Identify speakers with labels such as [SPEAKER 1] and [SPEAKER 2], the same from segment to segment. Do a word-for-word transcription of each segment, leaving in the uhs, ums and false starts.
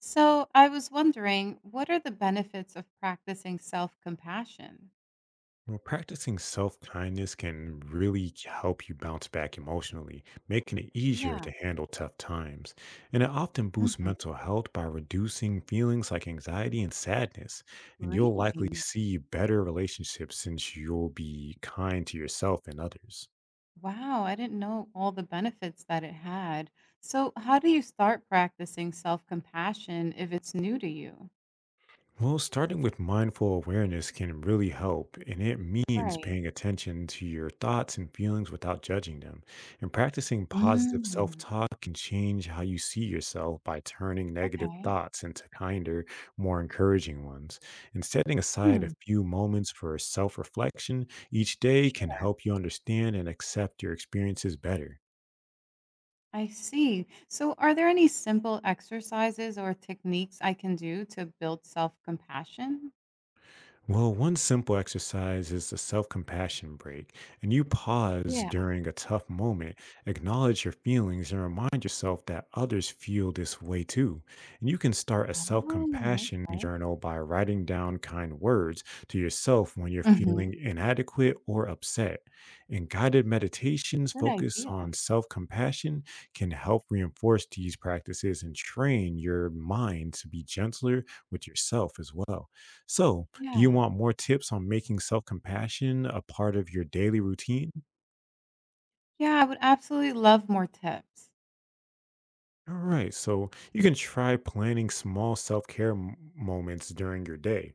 [SPEAKER 1] So I was wondering, what are the benefits of practicing self-compassion?
[SPEAKER 2] Well, practicing self kindness can really help you bounce back emotionally, making it easier
[SPEAKER 1] Yeah.
[SPEAKER 2] to handle tough times. And it often boosts
[SPEAKER 1] Mhm.
[SPEAKER 2] mental health by reducing feelings like anxiety and sadness. And you'll
[SPEAKER 1] Really?
[SPEAKER 2] likely see better relationships since you'll be kind to yourself and others.
[SPEAKER 1] Wow, I didn't know all the benefits that it had. So how do you start practicing self-compassion if it's new to you?
[SPEAKER 2] Well, starting with mindful awareness can really help, and it means
[SPEAKER 1] Right.
[SPEAKER 2] paying attention to your thoughts and feelings without judging them. And practicing positive self
[SPEAKER 1] Mm,
[SPEAKER 2] talk can change how you see yourself by turning negative
[SPEAKER 1] okay.
[SPEAKER 2] thoughts into kinder, more encouraging ones. And setting aside a
[SPEAKER 1] Hmm,
[SPEAKER 2] few moments for self reflection each day can
[SPEAKER 1] sure.
[SPEAKER 2] help you understand and accept your experiences better.
[SPEAKER 1] I see. So are there any simple exercises or techniques I can do to build self-compassion?
[SPEAKER 2] Well, one simple exercise is the self compassion break. And you pause
[SPEAKER 1] Yeah.
[SPEAKER 2] during a tough moment, acknowledge your feelings, and remind yourself that others feel this way too. And you can start a self
[SPEAKER 1] Oh,
[SPEAKER 2] compassion
[SPEAKER 1] okay.
[SPEAKER 2] journal by writing down kind words to yourself when you're
[SPEAKER 1] Hmm.
[SPEAKER 2] feeling inadequate or upset. And guided meditations
[SPEAKER 1] Good
[SPEAKER 2] focused
[SPEAKER 1] idea.
[SPEAKER 2] on self compassion can help reinforce these practices and train your mind to be gentler with yourself as well. So, do you
[SPEAKER 1] Yeah.
[SPEAKER 2] want more tips on making self compassion a part of your daily routine?
[SPEAKER 1] Yeah, I would absolutely love more tips.
[SPEAKER 2] All right, so you can try planning small self care moments during your day,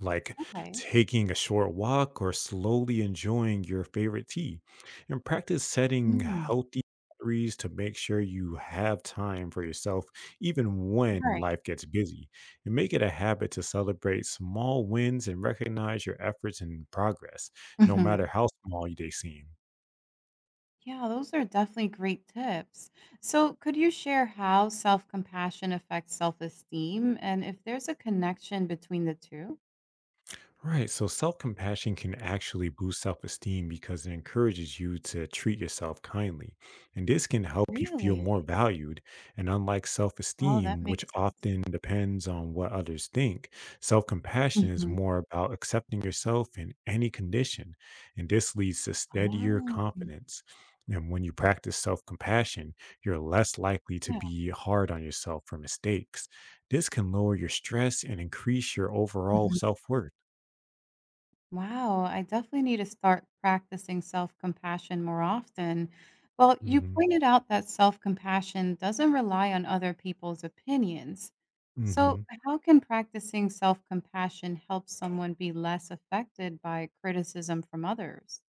[SPEAKER 2] like
[SPEAKER 1] Okay.
[SPEAKER 2] taking a short walk or slowly enjoying your favorite tea, and practice setting
[SPEAKER 1] Mm,
[SPEAKER 2] healthy boundaries to make sure you have time for yourself even when
[SPEAKER 1] right.
[SPEAKER 2] life gets busy. And make it a habit to celebrate small wins and recognize your efforts and progress, no
[SPEAKER 1] Mhm.
[SPEAKER 2] matter how small they seem.
[SPEAKER 1] Yeah, those are definitely great tips. So, could you share how self-compassion affects self-esteem and if there's a connection between the two?
[SPEAKER 2] Right. So self compassion can actually boost self esteem because it encourages you to treat yourself kindly. And this can help you feel
[SPEAKER 1] Really?
[SPEAKER 2] more valued. And unlike self
[SPEAKER 1] Oh, that
[SPEAKER 2] esteem, which
[SPEAKER 1] makes sense.
[SPEAKER 2] often depends on what others think, self compassion is
[SPEAKER 1] Mhm.
[SPEAKER 2] more about accepting yourself in any condition. And this leads to steadier
[SPEAKER 1] Oh,
[SPEAKER 2] confidence. And when you practice self compassion, you're less likely to
[SPEAKER 1] yeah.
[SPEAKER 2] be hard on yourself for mistakes. This can lower your stress and increase your overall
[SPEAKER 1] Mhm.
[SPEAKER 2] self worth.
[SPEAKER 1] Wow, I definitely need to start practicing self compassion more often. Well, you
[SPEAKER 2] Hmm.
[SPEAKER 1] pointed out that self compassion doesn't rely on other people's opinions. So,
[SPEAKER 2] Hmm.
[SPEAKER 1] how can practicing self compassion help someone be less affected by criticism from others?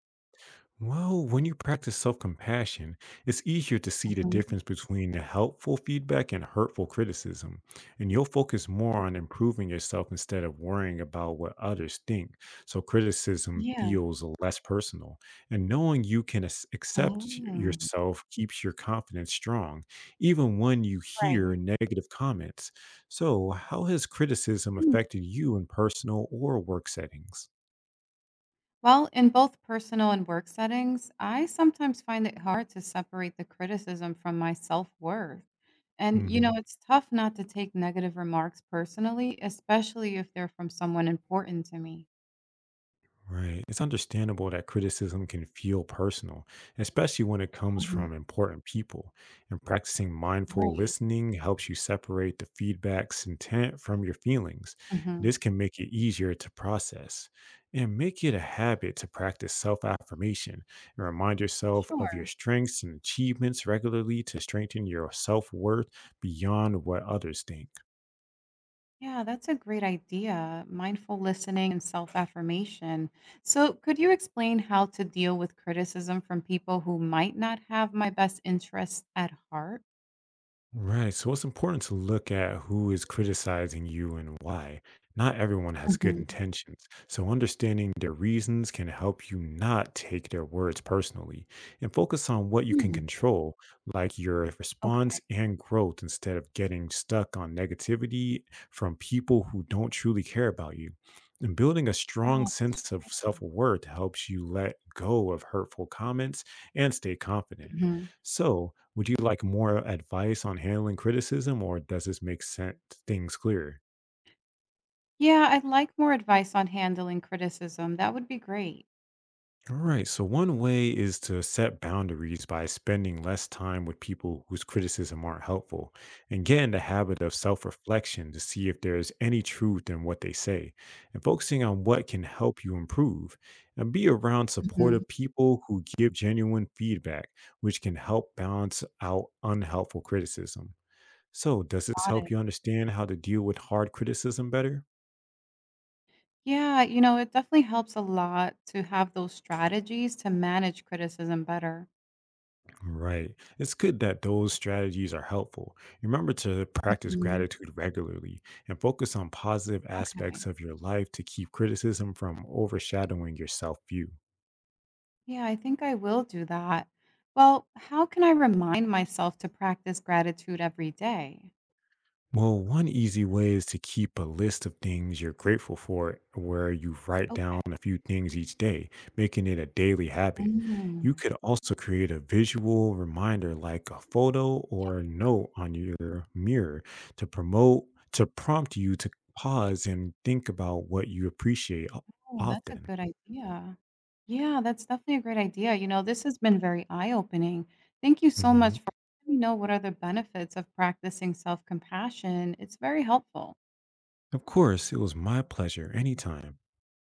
[SPEAKER 2] Well, when you practice self compassion, it's easier to see the
[SPEAKER 1] Mhm.
[SPEAKER 2] difference between the helpful feedback and hurtful criticism. And you'll focus more on improving yourself instead of worrying about what others think. So criticism
[SPEAKER 1] Yeah.
[SPEAKER 2] feels less personal. And knowing you can ac- accept
[SPEAKER 1] Oh,
[SPEAKER 2] yourself keeps your confidence strong, even when you
[SPEAKER 1] right.
[SPEAKER 2] hear negative comments. So, how has criticism affected you in personal or work settings?
[SPEAKER 1] Well, in both personal and work settings, I sometimes find it hard to separate the criticism from my self worth. And, you know, it's tough not to take negative remarks personally, especially if they're from someone important to me.
[SPEAKER 2] Right. It's understandable that criticism can feel personal, especially when it comes
[SPEAKER 1] Mhm.
[SPEAKER 2] from important people. And practicing mindful
[SPEAKER 1] Right.
[SPEAKER 2] listening helps you separate the feedback's intent from your feelings.
[SPEAKER 1] Hmm.
[SPEAKER 2] This can make it easier to process, and make it a habit to practice self affirmation and remind yourself of your
[SPEAKER 1] Sure.
[SPEAKER 2] strengths and achievements regularly to strengthen your self worth beyond what others think.
[SPEAKER 1] Yeah, that's a great idea. Mindful listening and self affirmation. So, could you explain how to deal with criticism from people who might not have my best interests at heart?
[SPEAKER 2] Right. So it's important to look at who is criticizing you and why. Not everyone has good
[SPEAKER 1] Mhm.
[SPEAKER 2] intentions. So understanding their reasons can help you not take their words personally and focus on what you can
[SPEAKER 1] Hmm,
[SPEAKER 2] control, like your response
[SPEAKER 1] okay.
[SPEAKER 2] and growth, instead of getting stuck on negativity from people who don't truly care about you. And building a
[SPEAKER 1] Yeah,
[SPEAKER 2] strong
[SPEAKER 1] that's
[SPEAKER 2] sense of self
[SPEAKER 1] true.
[SPEAKER 2] worth helps you let go of hurtful comments and stay confident.
[SPEAKER 1] Mhm.
[SPEAKER 2] So, would you like more advice on handling criticism, or does this make sense, things clear?
[SPEAKER 1] Yeah, I'd like more advice on handling criticism. That would be great.
[SPEAKER 2] All right, so one way is to set boundaries by spending less time with people whose criticism aren't helpful and get in the habit of self reflection to see if there's any truth in what they say and focusing on what can help you improve. And be around
[SPEAKER 1] Mhm.
[SPEAKER 2] supportive people who give genuine feedback, which can help balance out unhelpful criticism. So, does this
[SPEAKER 1] Got
[SPEAKER 2] help
[SPEAKER 1] it.
[SPEAKER 2] you understand how to deal with hard criticism better?
[SPEAKER 1] Yeah, you know, it definitely helps a lot to have those strategies to manage criticism better.
[SPEAKER 2] Right. It's good that those strategies are helpful. Remember to practice
[SPEAKER 1] Mhm.
[SPEAKER 2] gratitude regularly and focus on positive
[SPEAKER 1] Okay.
[SPEAKER 2] aspects of your life to keep criticism from overshadowing your self view.
[SPEAKER 1] Yeah, I think I will do that. Well, how can I remind myself to practice gratitude every day?
[SPEAKER 2] Well, one easy way is to keep a list of things you're grateful for, where you write
[SPEAKER 1] Okay.
[SPEAKER 2] down a few things each day, making it a daily habit. You
[SPEAKER 1] Mm.
[SPEAKER 2] could also create a visual reminder like a photo or a note on your mirror to promote, to prompt you to pause and think about what you appreciate o-
[SPEAKER 1] Yeah, that's a
[SPEAKER 2] often.
[SPEAKER 1] good idea. Yeah, that's definitely a great idea. You know, this has been very eye-opening. Thank you so
[SPEAKER 2] Mhm.
[SPEAKER 1] much for letting me know what are the benefits of practicing self-compassion. It's very helpful.
[SPEAKER 2] Of course, it was my pleasure anytime.